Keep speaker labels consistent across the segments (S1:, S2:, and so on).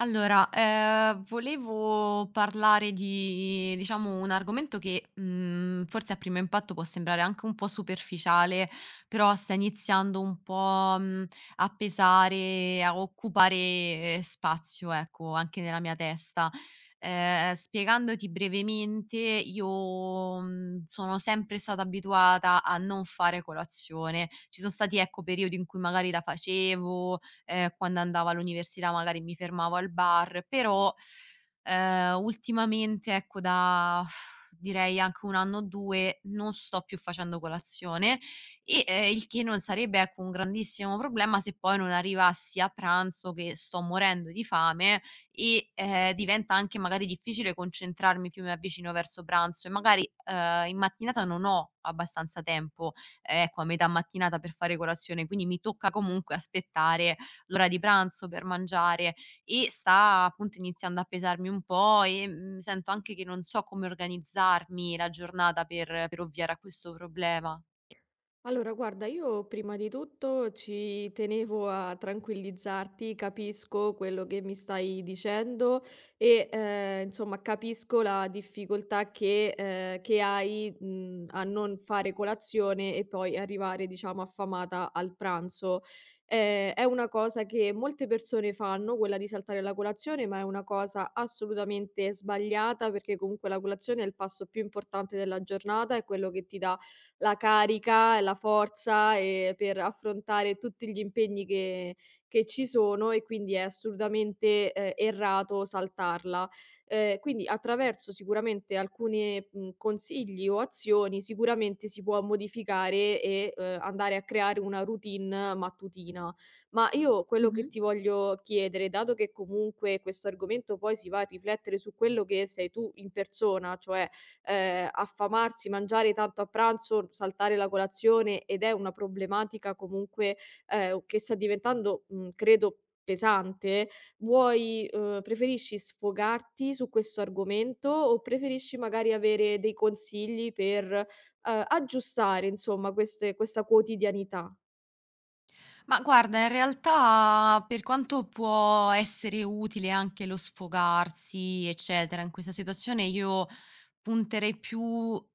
S1: Allora, volevo parlare di diciamo un argomento che, forse a primo impatto può sembrare anche un po' superficiale, però sta iniziando un po', a pesare, a occupare spazio, ecco, anche nella mia testa. Spiegandoti brevemente, io, sono sempre stata abituata a non fare colazione. Ci son stati, ecco, periodi in cui magari la facevo, quando andavo all'università magari mi fermavo al bar, però, ultimamente ecco da direi anche 1 anno o 2 non sto più facendo colazione e, il che non sarebbe ecco un grandissimo problema se poi non arrivassi a pranzo che sto morendo di fame e, diventa anche magari difficile concentrarmi più mi avvicino verso pranzo e magari, in mattinata non ho abbastanza tempo, ecco a metà mattinata per fare colazione, quindi mi tocca comunque aspettare l'ora di pranzo per mangiare e sta appunto iniziando a pesarmi un po' e, sento anche che non so come organizzarmi la giornata per ovviare a questo problema.
S2: Allora, guarda, io prima di tutto ci tenevo a tranquillizzarti, capisco quello che mi stai dicendo e insomma capisco la difficoltà che hai a non fare colazione e poi arrivare, diciamo, affamata al pranzo. È una cosa che molte persone fanno, quella di saltare la colazione, ma è una cosa assolutamente sbagliata perché comunque la colazione è il pasto più importante della giornata, è quello che ti dà la carica e la forza, per affrontare tutti gli impegni che ci sono, e quindi è assolutamente, errato saltarla. Quindi attraverso sicuramente alcune, consigli o azioni sicuramente si può modificare e, andare a creare una routine mattutina. Ma io quello che
S1: Mh-mh.
S2: ti voglio chiedere, dato che comunque questo argomento poi si va a riflettere su quello che sei tu in persona, cioè affamarsi, mangiare tanto a pranzo, saltare la colazione, ed è una problematica comunque, che sta diventando, credo, pesante. Vuoi Preferisci sfogarti su questo argomento o preferisci magari avere dei consigli per, aggiustare insomma queste questa quotidianità?
S1: Ma guarda, in realtà per quanto può essere utile anche lo sfogarsi, eccetera, in questa situazione io punterei più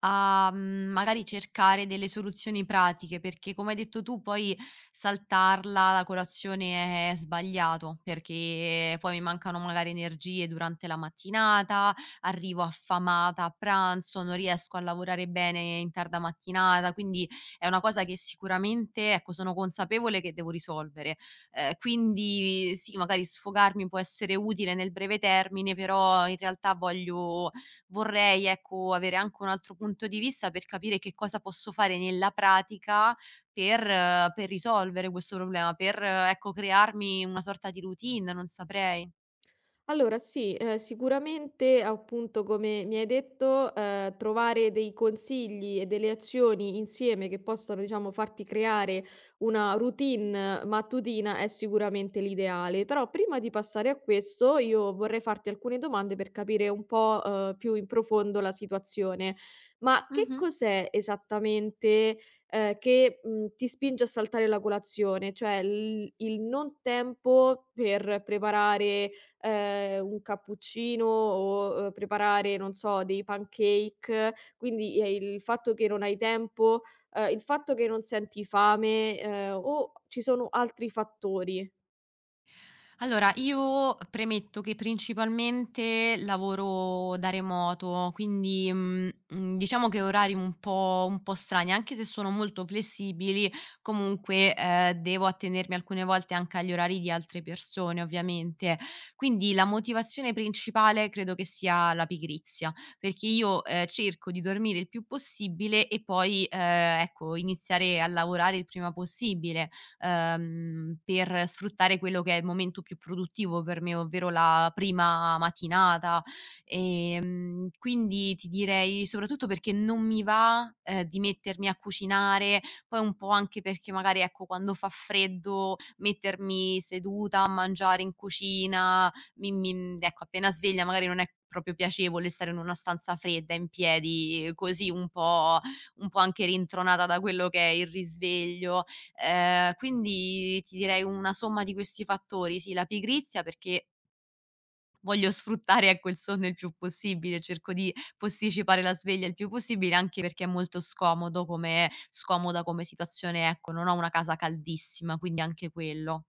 S1: a, magari cercare delle soluzioni pratiche, perché come hai detto tu poi saltarla la colazione è sbagliato, perché poi mi mancano magari energie durante la mattinata, arrivo affamata a pranzo, non riesco a lavorare bene in tarda mattinata, quindi è una cosa che sicuramente, ecco, sono consapevole che devo risolvere. Quindi sì, magari sfogarmi può essere utile nel breve termine, però in realtà voglio vorrei, ecco, avere anche un altro punto di vista per capire che cosa posso fare nella pratica per risolvere questo problema, per, ecco, crearmi una sorta di routine, non saprei.
S2: Allora sì, sicuramente appunto come mi hai detto, trovare dei consigli e delle azioni insieme che possano, diciamo, farti creare una routine mattutina è sicuramente l'ideale. Però prima di passare a questo io vorrei farti alcune domande per capire un po', più in profondo la situazione. Ma che
S1: Mh-mh.
S2: cos'è esattamente, che, ti spinge a saltare la colazione? Cioè l il non tempo per preparare un cappuccino o, preparare, non so, dei pancake, quindi, il fatto che non hai tempo, il fatto che non senti fame, o ci sono altri fattori?
S1: Allora, io premetto che principalmente lavoro da remoto, quindi, diciamo che orari un po' strani, anche se sono molto flessibili, comunque, devo attenermi alcune volte anche agli orari di altre persone, ovviamente. Quindi la motivazione principale credo che sia la pigrizia, perché io, cerco di dormire il più possibile e poi, ecco, iniziare a lavorare il prima possibile per sfruttare quello che è il momento più produttivo per me, ovvero la prima mattinata. Quindi ti direi soprattutto perché non mi va, di mettermi a cucinare, poi un po' anche perché magari, ecco, quando fa freddo mettermi seduta a mangiare in cucina, mi mi ecco, appena sveglia magari non è proprio piacevole stare in una stanza fredda in piedi, così un po' anche rintronata da quello che è il risveglio. Quindi ti direi una somma di questi fattori, sì, la pigrizia perché voglio sfruttare, ecco, il sonno il più possibile, cerco di posticipare la sveglia il più possibile, anche perché è molto scomodo come scomoda come situazione, ecco, non ho una casa caldissima, quindi anche quello.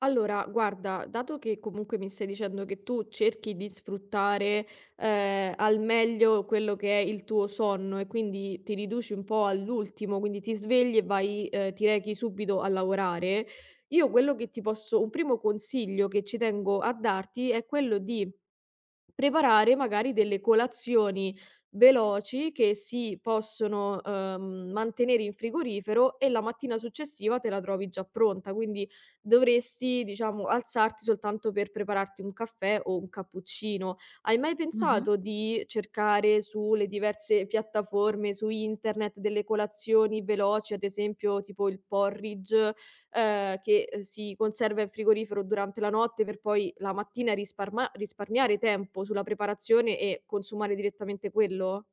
S2: Allora, guarda, dato che comunque mi stai dicendo che tu cerchi di sfruttare al meglio quello che è il tuo sonno e quindi ti riduci un po' all'ultimo, quindi ti svegli e vai, ti rechi subito a lavorare, io quello che ti posso, un primo consiglio che ci tengo a darti è quello di preparare magari delle colazioni veloci che si possono, mantenere in frigorifero e la mattina successiva te la trovi già pronta, quindi dovresti, diciamo, alzarti soltanto per prepararti un caffè o un cappuccino. Hai mai
S1: Mh-mh.
S2: pensato di cercare sulle diverse piattaforme, su internet, delle colazioni veloci, ad esempio tipo il porridge, che si conserva in frigorifero durante la notte per poi la mattina risparma risparmiare tempo sulla preparazione e consumare direttamente quello?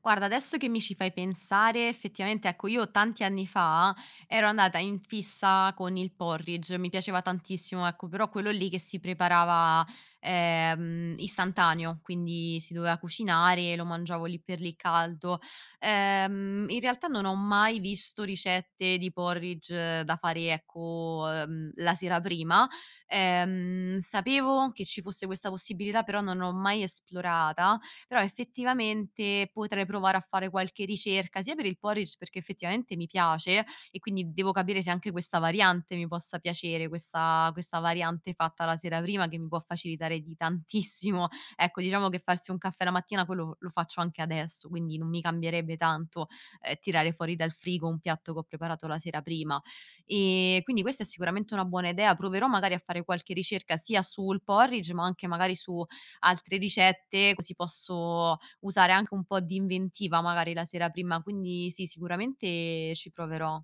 S1: Guarda, adesso che mi ci fai pensare, effettivamente, ecco, io tanti anni fa ero andata in fissa con il porridge, mi piaceva tantissimo, ecco, però quello lì che si preparava, istantaneo, quindi si doveva cucinare, lo mangiavo lì per lì caldo. In realtà non ho mai visto ricette di porridge da fare, ecco, la sera prima. Sapevo che ci fosse questa possibilità, però non l'ho mai esplorata, però effettivamente potrei provare a fare qualche ricerca, sia per il porridge perché effettivamente mi piace e quindi devo capire se anche questa variante mi possa piacere, questa variante fatta la sera prima che mi può facilitare di tantissimo. Ecco, diciamo che farsi un caffè la mattina quello lo faccio anche adesso, quindi non mi cambierebbe tanto, tirare fuori dal frigo un piatto che ho preparato la sera prima. Quindi questa è sicuramente una buona idea, proverò magari a fare qualche ricerca sia sul porridge, ma anche magari su altre ricette, così posso usare anche un po' di inventiva magari la sera prima. Quindi sì, sicuramente ci proverò.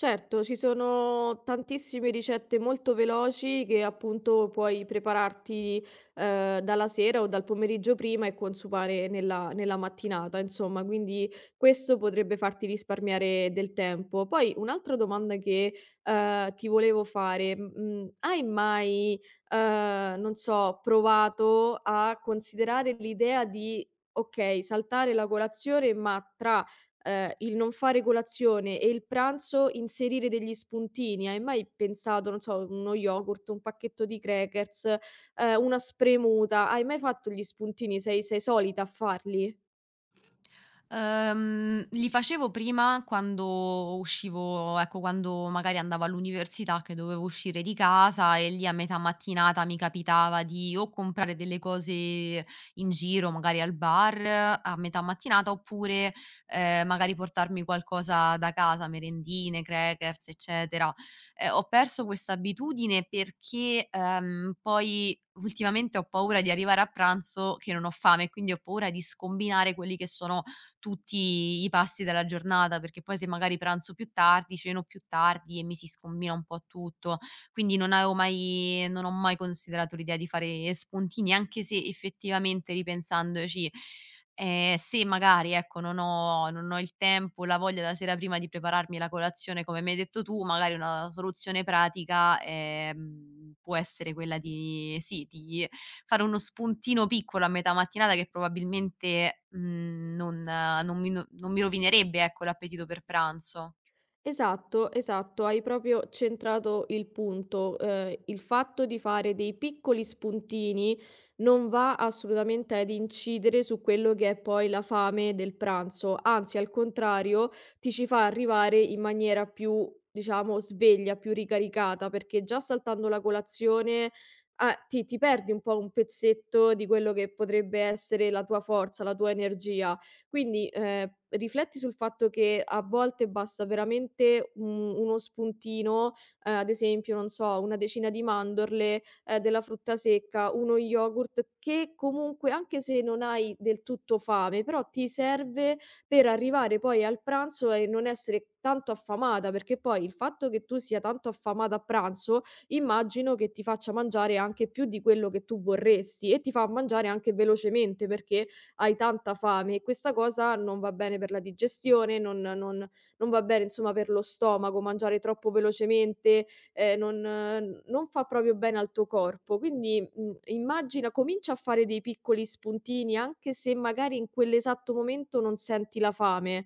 S2: Certo, ci sono tantissime ricette molto veloci che appunto puoi prepararti dalla sera o dal pomeriggio prima e consumare nella mattinata, insomma, quindi questo potrebbe farti risparmiare del tempo. Poi un'altra domanda che ti volevo fare, hai mai, non so, provato a considerare l'idea di, ok, saltare la colazione, ma tra il non fare colazione e il pranzo inserire degli spuntini. Hai mai pensato, non so, uno yogurt, un pacchetto di crackers, una spremuta, hai mai fatto gli spuntini? Sei solita a farli?
S1: Li facevo prima quando uscivo ecco, quando magari andavo all'università che dovevo uscire di casa e lì a metà mattinata mi capitava di o comprare delle cose in giro, magari al bar a metà mattinata, oppure, magari portarmi qualcosa da casa, merendine, crackers, eccetera. Ho perso questa abitudine perché, poi ultimamente ho paura di arrivare a pranzo che non ho fame e quindi ho paura di scombinare quelli che sono tutti i pasti della giornata, perché poi se magari pranzo più tardi, ceno più tardi e mi si scombina un po' tutto. Quindi non ho mai considerato l'idea di fare spuntini, anche se effettivamente ripensandoci, sì, magari ecco, non ho il tempo, la voglia la sera prima di prepararmi la colazione come mi hai detto tu, magari una soluzione pratica, può essere quella di sì, di fare uno spuntino piccolo a metà mattinata che probabilmente, non non mi non mi rovinerebbe, ecco, l'appetito per pranzo.
S2: Esatto, esatto, hai proprio centrato il punto. Il fatto di fare dei piccoli spuntini non va assolutamente ad incidere su quello che è poi la fame del pranzo, anzi, al contrario, ti ci fa arrivare in maniera più, diciamo, sveglia, più ricaricata, perché già saltando la colazione, ah, ti perdi un po' un pezzetto di quello che potrebbe essere la tua forza, la tua energia. Quindi, rifletti sul fatto che a volte basta veramente u uno spuntino, ad esempio, non so, una decina di mandorle, della frutta secca, uno yogurt che comunque, anche se non hai del tutto fame, però ti serve per arrivare poi al pranzo e non essere tanto affamata, perché poi il fatto che tu sia tanto affamata a pranzo, immagino che ti faccia mangiare anche più di quello che tu vorresti e ti fa mangiare anche velocemente, perché hai tanta fame, e questa cosa non va bene per la digestione, non non va bene insomma per lo stomaco, mangiare troppo velocemente, non fa proprio bene al tuo corpo. Quindi, immagina, comincia a fare dei piccoli spuntini, anche se magari in quell'esatto momento non senti la fame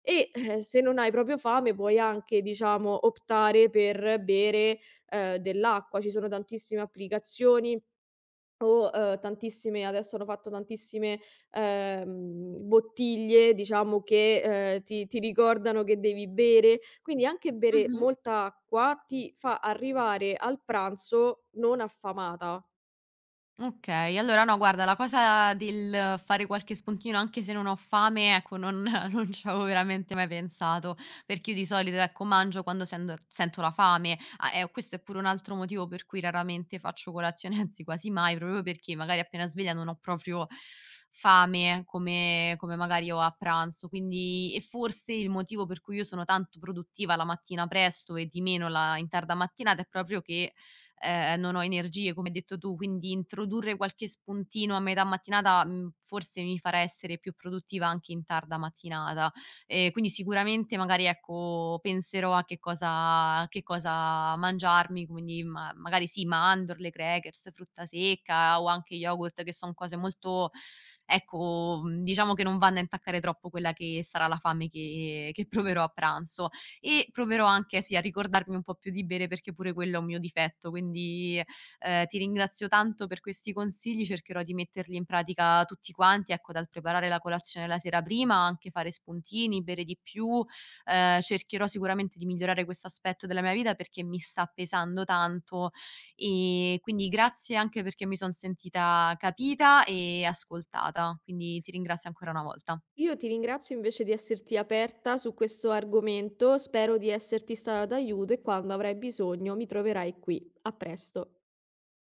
S2: e, se non hai proprio fame puoi anche, diciamo, optare per bere, dell'acqua. Ci sono tantissime applicazioni o, tantissime adesso hanno fatto tantissime, bottiglie diciamo che, ti ricordano che devi bere, quindi anche bere
S1: Mh-mh.
S2: molta acqua ti fa arrivare al pranzo non affamata.
S1: Okay, allora no guarda la cosa del fare qualche spuntino anche se non ho fame, ecco non non ci avevo veramente mai pensato, perché io di solito ecco mangio quando sendo sento la fame. Ah, e questo è pure un altro motivo per cui raramente faccio colazione, anzi quasi mai, proprio perché magari appena sveglia non ho proprio fame come magari ho a pranzo, quindi e forse il motivo per cui io sono tanto produttiva la mattina presto e di meno la in tarda mattinata è proprio che non ho energie, come hai detto tu, quindi introdurre qualche spuntino a metà mattinata, forse mi farà essere più produttiva anche in tarda mattinata. Quindi sicuramente magari, ecco, penserò a che cosa mangiarmi, quindi ma magari sì, mandorle, crackers, frutta secca o anche yogurt, che son cose molto ecco, diciamo che non vanno a intaccare troppo quella che sarà la fame che proverò a pranzo e proverò anche sì a ricordarmi un po' più di bere perché pure quello è un mio difetto, quindi, ti ringrazio tanto per questi consigli, cercherò di metterli in pratica tutti quanti, ecco, dal preparare la colazione la sera prima, anche fare spuntini, bere di più, cercherò sicuramente di migliorare questo aspetto della mia vita perché mi sta pesando tanto, quindi grazie anche perché mi son sentita capita e ascoltata, quindi ti ringrazio ancora una volta.
S2: Io ti ringrazio invece di esserti aperta su questo argomento, spero di esserti stata d'aiuto e quando avrai bisogno mi troverai qui. A presto.